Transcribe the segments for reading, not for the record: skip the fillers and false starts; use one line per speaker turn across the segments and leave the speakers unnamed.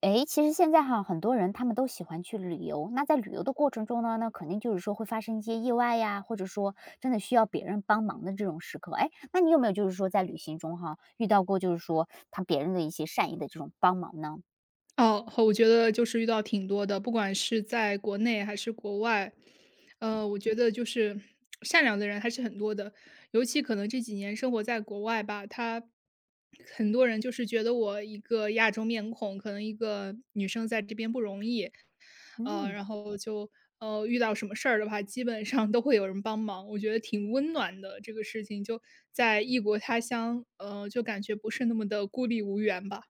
诶，其实现在哈，很多人他们都喜欢去旅游。那在旅游的过程中呢，那肯定就是说会发生一些意外呀，或者说真的需要别人帮忙的这种时刻。诶，那你有没有就是说在旅行中哈，遇到过就是说他别人的一些善意的这种帮忙呢？
哦，我觉得就是遇到挺多的，不管是在国内还是国外，我觉得就是善良的人还是很多的，尤其可能这几年生活在国外吧，他很多人就是觉得我一个亚洲面孔，可能一个女生在这边不容易，
嗯。
然后就遇到什么事儿的话，基本上都会有人帮忙，我觉得挺温暖的这个事情，就在异国他乡，就感觉不是那么的孤立无援吧。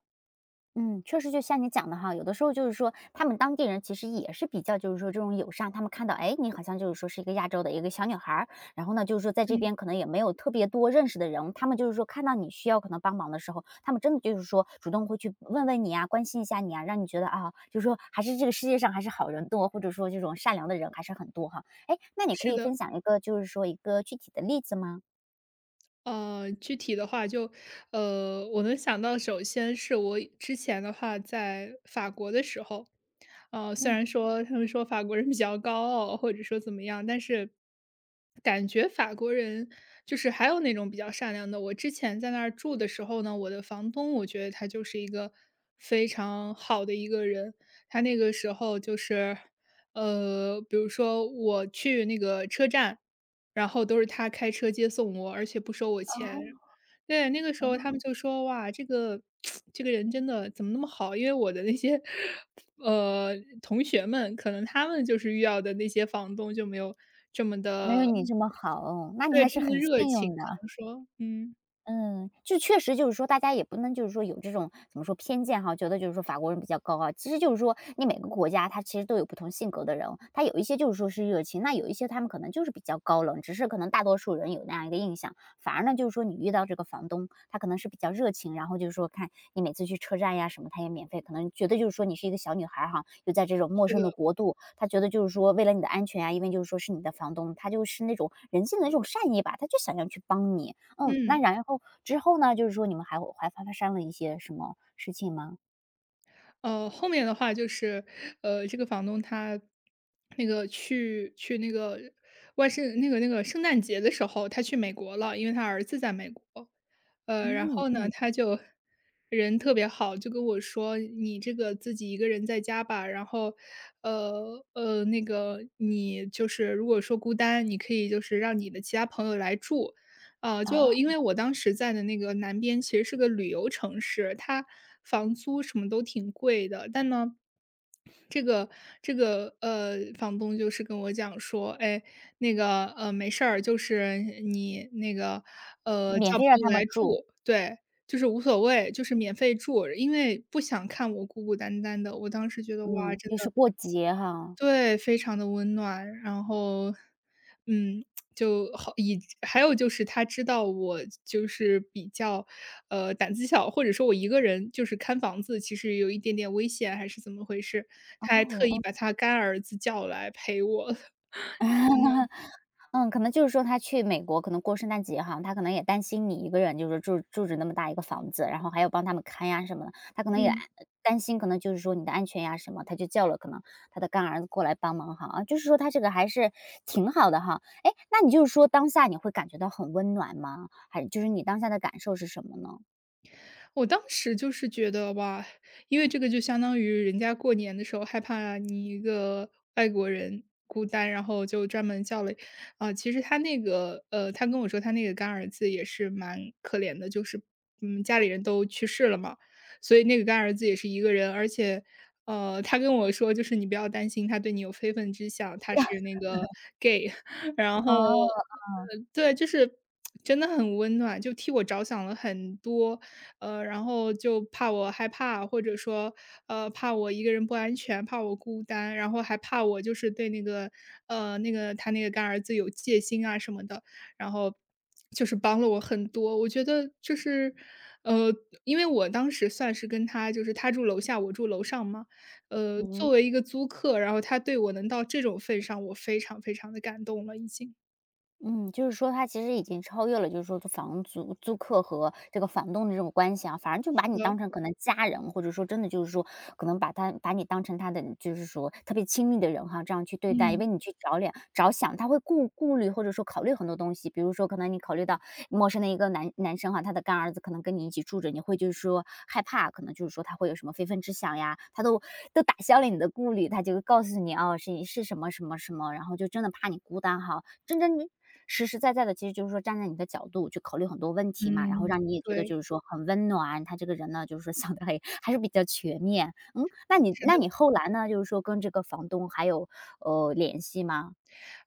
嗯，确实就像你讲的哈，有的时候就是说，他们当地人其实也是比较就是说这种友善，他们看到，哎，你好像就是说是一个亚洲的一个小女孩儿，然后呢，就是说在这
嗯，
边可能也没有特别多认识的人，他们就是说看到你需要可能帮忙的时候，他们真的就是说主动会去问问你啊，关心一下你啊，让你觉得啊，就是说还是这个世界上还是好人多，或者说这种善良的人还是很多哈。哎，那你可
是
以
的。
分享一个就是说一个具体的例子吗？
具体的话就，我能想到，首先是我之前的话在法国的时候，虽
嗯，
然说他们说法国人比较高傲，或者说怎么样，但是感觉法国人就是还有那种比较善良的。我之前在那儿住的时候呢，我的房东我觉得他就是一个非常好的一个人，他那个时候就是，比如说我去那个车站。然后都是他开车接送我，而且不收我钱。
哦
对，那个时候他们
哦，
就说：“哇，这个 这个人真的怎么那么好？”因为我的那些，呃，同学们，可能他们就是遇到的那些房东就没有这么
没有
的
你这么好哦，那你
对，
还
这
是
么的
很幸
热情，
运
可
的。
能说嗯，
嗯，就确实就是说，大家也不能就是说有这种怎么说偏见哈，觉得就是说法国人比较高傲。其实就是说，你每个国家他其实都有不同性格的人，他有一些就是说是热情，那有一些他们可能就是比较高冷，只是可能大多数人有那样一个印象。反而呢，就是说你遇到这个房东，他可能是比较热情，然后就是说看你每次去车站呀什么，他也免费，可能觉得就是说你是一个小女孩儿哈，又在这种陌
是的，
生的国度，他觉得就是说为了你的安全啊，因为就是说是你的房东，他就是那种人性的那种善意吧，他就想要去帮你。嗯，那
嗯。
然后之后呢，就是说你们还会还发生了一些什么事情吗？
后面的话就是，这个房东他那个去那个万圣那个圣诞节的时候，他去美国了，因为他儿子在美国。然
嗯
后呢，
嗯，
他就人特别好，就跟我说：“你这个自己一个人在家吧，然后，那个你就是如果说孤单，你可以就是让你的其他朋友来住。”就
啊，
因为我当时在的那个南边其实是个旅游城市，它房租什么都挺贵的，但呢，这个房东就是跟我讲说，哎，那个没事儿，就是你那个
免
叫朋
费让
友
他们
来
住，
住，对，就是无所谓，就是免费住，因为不想看我孤孤单单的。我当时觉得哇，
嗯，
真
就
的
是过节哈，
对，非常的温暖，然后，嗯，就好以还有就是他知道我就是比较，胆子小，或者说我一个人就是看房子，其实有一点点危险还是怎么回事，
哦
他还特意
哦。
把他干儿子叫来陪我，
嗯，可能就是说他去美国，可能过圣诞节哈，他可能也担心你一个人，就是住住着那么大一个房子，然后还要帮他们看呀什么的，他可能也
嗯。
担心，可能就是说你的安全呀什么，他就叫了可能他的干儿子过来帮忙哈，啊，就是说他这个还是挺好的哈。哎，那你就是说当下你会感觉到很温暖吗？还就是你当下的感受是什么呢？
我当时就是觉得哇，因为这个就相当于人家过年的时候害怕你一个外国人孤单，然后就专门叫了啊、其实他那个他跟我说他那个干儿子也是蛮可怜的，就是嗯，家里人都去世了嘛，所以那个干儿子也是一个人，而且。他跟我说，就是你不要担心，他对你有非分之想，他是那个 gay，然后，
啊，
对，就是真的很温暖，就替我着想了很多，然后就怕我害怕，或者说，怕我一个人不安全，怕我孤单，然后还怕我就是对那个，那个他那个干儿子有戒心啊什么的，然后就是帮了我很多。我觉得就是，呃，因为我当时算是跟他就是他住楼下，我住楼上嘛，
嗯。
作为一个租客，然后他对我能到这种份上，我非常非常的感动了，已经
嗯，就是说他其实已经超越了，就是说房租租客和这个房东的这种关系啊，反而就把
觉
你
得，
当成可能家人，或者说真的就是说，可能把他把你当成他的就是说特别亲密的人哈，这样去对待，因
嗯
为你去着脸着想，他会顾虑或者说考虑很多东西，比如说可能你考虑到陌生的一个男生哈，他的干儿子可能跟你一起住着，你会就是说害怕，可能就是说他会有什么非分之想呀，他都打消了你的顾虑，他就告诉你哦是什么什么什么，然后就真的怕你孤单哈，真真实实在在的，其实就是说站在你的角度去考虑很多问题嘛，然后
嗯，
让你也觉得就
对，
是说很温暖，他这个人呢，就是说想的还是比较全面。嗯，那你
是
那
的。
你后来呢，就是说跟这个房东还有，呃，联系吗？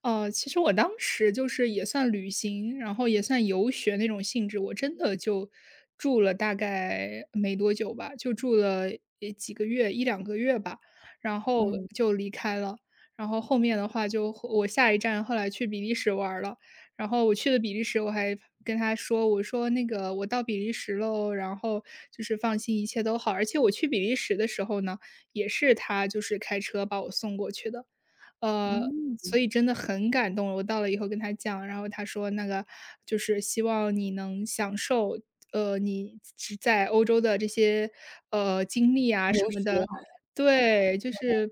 其实我当时就是也算旅行，然后也算游学那种性质，我真的就住了大概没多久吧，就住了也几个月一两个月吧，然后
嗯，
就离开了。然后后面的话就我下一站后来去比利时玩儿了，然后我去了比利时，我还跟他说，我说：“那个我到比利时喽，然后就是放心，一切都好。”而且我去比利时的时候呢，也是他就是开车把我送过去的。嗯所
嗯，
以真的很感动了我到了以后跟他讲，然后他说那个就是希望你能享受，你只在欧洲的这些，经历啊
留
什么
学，
的。对，就是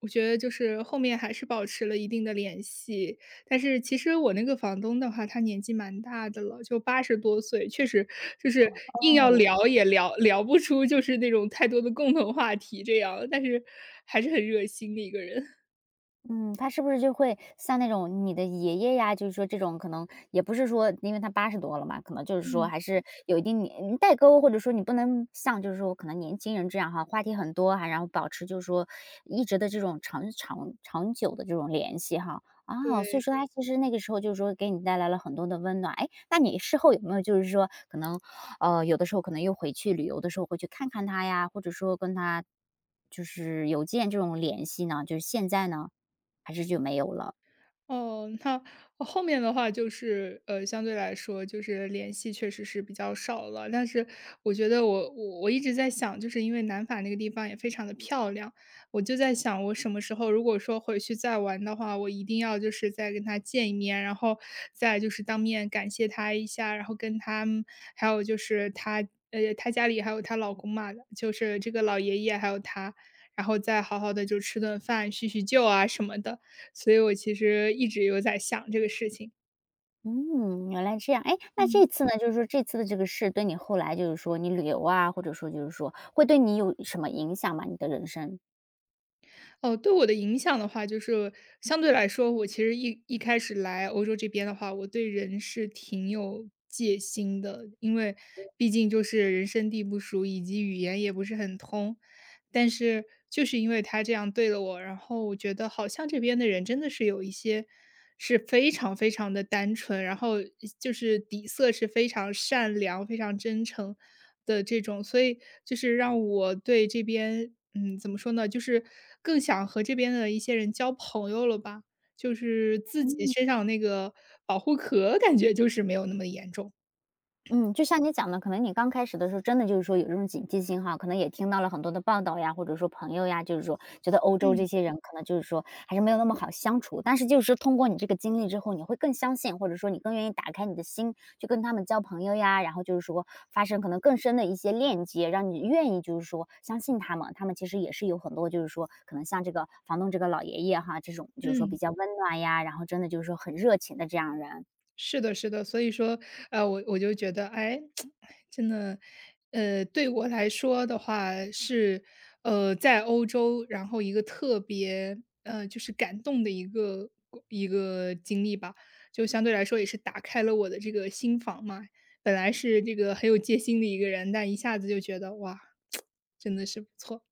我觉得就是后面还是保持了一定的联系。但是其实我那个房东的话，他年纪蛮大的了，就八十多岁，确实就是硬要
哦。
聊也聊不出就是那种太多的共同话题这样，但是还是很热心的一个人。
嗯，他是不是就会像那种你的爷爷呀，就是说这种可能也不是说因为他八十多了嘛，可能就是说
嗯，
还是有一定年代沟，或者说你不能像就是说可能年轻人这样哈，话题很多哈，然后保持就是说一直的这种长久的这种联系哈。啊，所以
对，
说他其实那个时候就是说给你带来了很多的温暖。哎，那你事后有没有就是说可能，呃，有的时候可能又回去旅游的时候会去看看他呀，或者说跟他就是有建这种联系呢？就是现在呢？还是就没有了？
哦，那后面的话就是，相对来说就是联系确实是比较少了。但是我觉得我一直在想，就是因为南法那个地方也非常的漂亮，我就在想，我什么时候如果说回去再玩的话，我一定要就是再跟他见一面，然后再就是当面感谢他一下，然后跟他们还有就是他他家里还有他老公嘛，就是这个老爷爷还有他。然后再好好的就吃顿饭叙叙旧啊什么的，所以我其实一直有在想这个事情。
嗯，原来这样。哎，那
嗯，
这次呢，就是说这次的这个事对你后来就是说你旅游啊，或者说就是说会对你有什么影响吗？你的人生？
哦，对我的影响的话，就是相对来说，我其实一开始来欧洲这边的话，我对人是挺有戒心的，因为毕竟就是人生地不熟，以及语言也不是很通。但是就是因为他这样对了我，然后我觉得好像这边的人真的是有一些是非常非常的单纯，然后就是底色是非常善良、非常真诚的这种，所以就是让我对这边嗯，怎么说呢，就是更想和这边的一些人交朋友了吧，就是自己身上那个保护壳感觉就是没有那么严重。
嗯，就像你讲的，可能你刚开始的时候，真的就是说有这种警惕性哈，可能也听到了很多的报道呀，或者说朋友呀，就是说觉得欧洲
嗯
这些人可能就是说还是没有那么好相处。但是就是通过你这个经历之后，你会更相信，或者说你更愿意打开你的心，去跟他们交朋友呀，然后就是说发生可能更深的一些链接，让你愿意就是说相信他们。他们其实也是有很多就是说可能像这个房东这个老爷爷哈，这种就是说比
嗯。
较温暖呀，然后真的就是说很热情的这样人。
是的，是的，所以说，我就觉得，哎，真的，对我来说的话是，在欧洲，然后一个特别，就是感动的一个经历吧，就相对来说也是打开了我的这个心房嘛。本来是这个很有戒心的一个人，但一下子就觉得哇，真的是不错。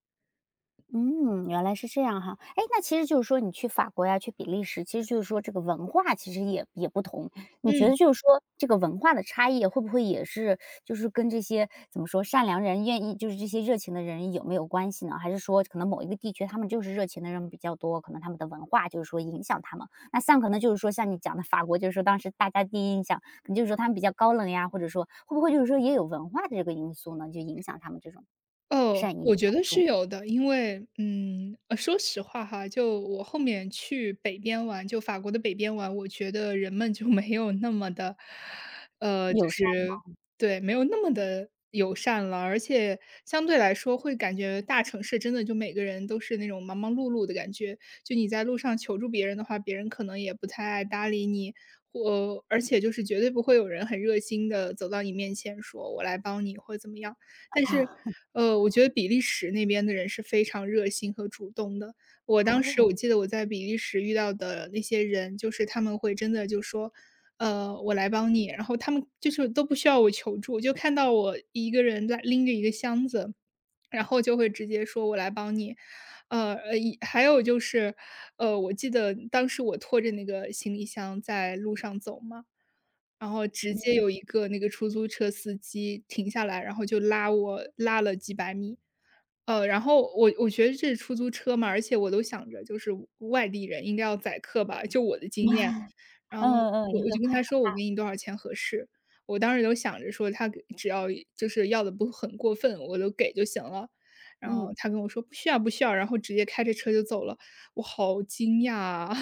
嗯，原来是这样哈。哎，那其实就是说你去法国呀，去比利时，其实就是说这个文化其实也不同。你觉
嗯。
得就是说这个文化的差异会不会也是就是跟这些怎么说善良人愿意就是这些热情的人有没有关系呢？还是说可能某一个地区他们就是热情的人比较多，可能他们的文化就是说影响他们？那像可能就是说像你讲的法国，就是说当时大家第一印象可能就是说他们比较高冷呀，或者说会不会就是说也有文化的这个因素呢，就影响他们这种
哦，
善意
我觉得是有的，因为，嗯，说实话哈，就我后面去北边玩，就法国的北边玩，我觉得人们就没有那么的，就
友善
是对，没有那么的友善了。而且相对来说会感觉大城市真的就每个人都是那种忙忙碌碌的感觉，就你在路上求助别人的话，别人可能也不太爱搭理你，或而且就是绝对不会有人很热心的走到你面前说：“我来帮你。”或者怎么样。但是，我觉得比利时那边的人是非常热心和主动的。我当时
哦。
我记得我在比利时遇到的那些人，就是他们会真的就说：我来帮你。”然后他们就是都不需要我求助，就看到我一个人在拎着一个箱子，然后就会直接说：“我来帮你。”一还有就是，我记得当时我拖着那个行李箱在路上走嘛，然后直接有一个那个出租车司机停下来，然后就拉了几百米。然后我觉得这是出租车嘛，而且我都想着就是外地人应该要载客吧，就我的经验。然后
嗯嗯，
我
你
我
会
就跟
花
他
上
说我给你多少钱合适，我当时都想着说他给只要就是要的不很过分，我都给就行了。然后
嗯，
他跟我说不需要，然后直接开着车就走了，我好惊讶啊！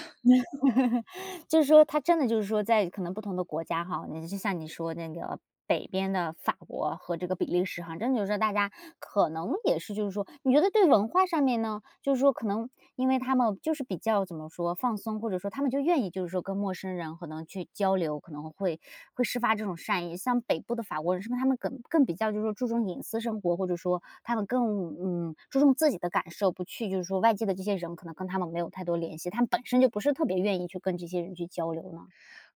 就是说他真的就是说在可能不同的国家哈，你就像你说那个北边的法国和这个比利时哈，真的就是说大家可能也是就是说，你觉得对文化上面呢，就是说可能因为他们就是比较怎么说放松，或者说他们就愿意就是说跟陌生人可能去交流，可能会释发这种善意。像北部的法国人，是不是他们更比较就是说注重隐私生活，或者说他们更注重自己的感受，不去就是说外界的这些人可能跟他们没有太多联系，他们本身就不是特别愿意去跟这些人去交流呢？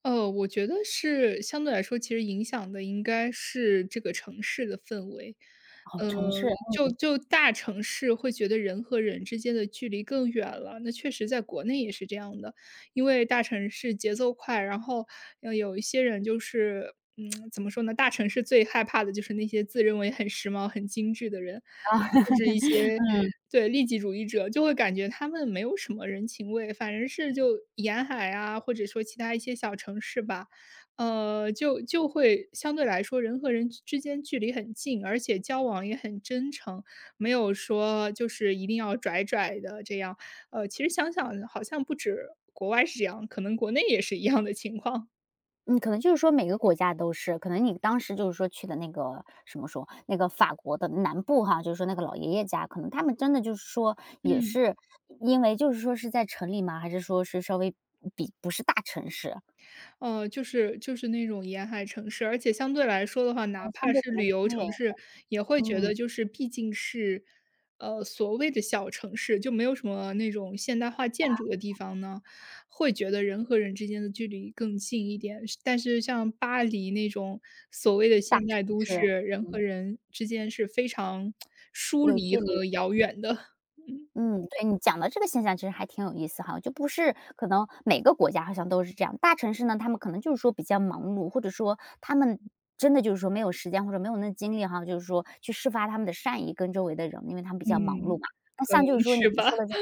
我觉得是相对来说，其实影响的应该是这个城市的氛围。
哦，城
呃，
市
就就大城市会觉得人和人之间的距离更远了，那确实在国内也是这样的，因为大城市节奏快，然后有一些人就是，嗯，怎么说呢？大城市最害怕的就是那些自认为很时髦、很精致的人，就是一些对利己主义者，就会感觉他们没有什么人情味，反正是就沿海啊，或者说其他一些小城市吧，呃，就就会相对来说人和人之间距离很近，而且交往也很真诚，没有说就是一定要拽拽的这样。其实想想好像不止国外是这样，可能国内也是一样的情况。
嗯，可能就是说每个国家都是，可能你当时就是说去的那个什么说，那个法国的南部哈，就是说那个老爷爷家，可能他们真的就是说也
嗯。
是因为就是说是在城里吗？还是说是稍微比不是大城市？
哦，就是那种沿海城市，而且相对来说的话，哪
哦，
怕
相对
是
可能
旅游
偏远，
城市，也会觉
嗯，
得就是毕竟是，所谓的小城市，就没有什么那种现代化建筑的地方呢，会觉得人和人之间的距离更近一点。是但是像巴黎那种所谓的
大
现
城
代都
市，
市，人和人之间是非常疏
有
离
距离。
和遥远的
嗯，对，你讲的这个现象其实还挺有意思哈，就不是可能每个国家好像都是这样，大城市呢，他们可能就是说比较忙碌，或者说他们真的就是说没有时间或者没有那精力哈，就是说去释发他们的善意跟周围的人，因为他们比较忙碌
嗯，
嘛。那像就是说你
是吧？
说的这个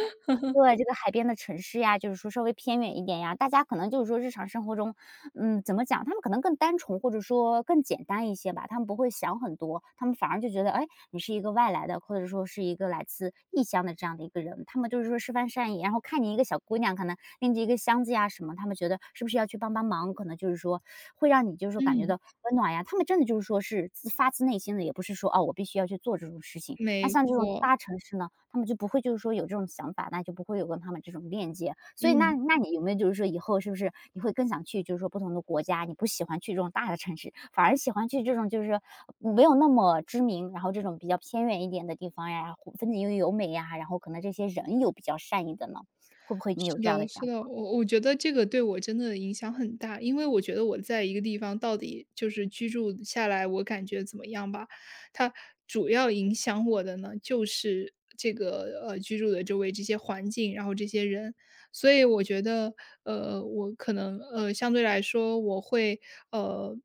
对，这个海边的城市呀，就是说稍微偏远一点呀，大家可能就是说日常生活中嗯，怎么讲，他们可能更单纯，或者说更简单一些吧，他们不会想很多，他们反而就觉得，哎，你是一个外来的，或者说是一个来自异乡的这样的一个人，他们就是说示范善意，然后看你一个小姑娘可能拎着一个箱子呀什么，他们觉得是不是要去帮帮忙，可能就是说会让你就是说感觉
嗯，
到温暖呀，他们真的就是说是自发自内心的，也不是说哦我必须要去做这种事情。那
没
像这种
错，
大城市呢，他们就不会就是说有这种想法，那就不会有跟他们这种链接。所以那
嗯。
那你有没有就是说以后是不是你会更想去就是说不同的国家，你不喜欢去这种大的城市，反而喜欢去这种就是没有那么知名，然后这种比较偏远一点的地方呀，风景又优美呀，然后可能这些人又比较善意的呢？会不会你有
是
这
的，
样的
是
想
的，
法？
我觉得这个对我真的影响很大，因为我觉得我在一个地方到底就是居住下来，我感觉怎么样吧，它主要影响我的呢，就是这个居住的周围这些环境，然后这些人，所以我觉得我可能相对来说我会呃。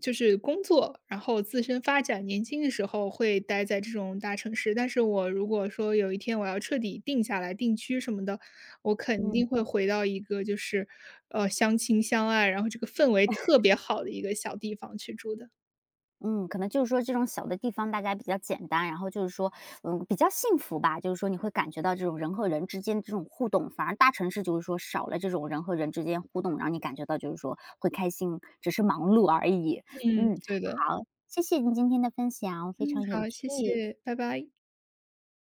就是工作，然后自身发展。年轻的时候会待在这种大城市，但是我如果说有一天我要彻底定下来、定居什么的，我肯定
嗯。
会回到一个就是，相亲相爱，然后这个氛围特别好的一个小地方去住的。
嗯，可能就是说这种小的地方大家比较简单，然后就是说，嗯，比较幸福吧。就是说你会感觉到这种人和人之间这种互动，反而大城市就是说少了这种人和人之间互动，让你感觉到就是说会开心，只是忙碌而已。
嗯，
嗯，
对的。
好，谢谢你今天的分享，非
嗯，
常有
好，
趣。
谢谢，拜拜。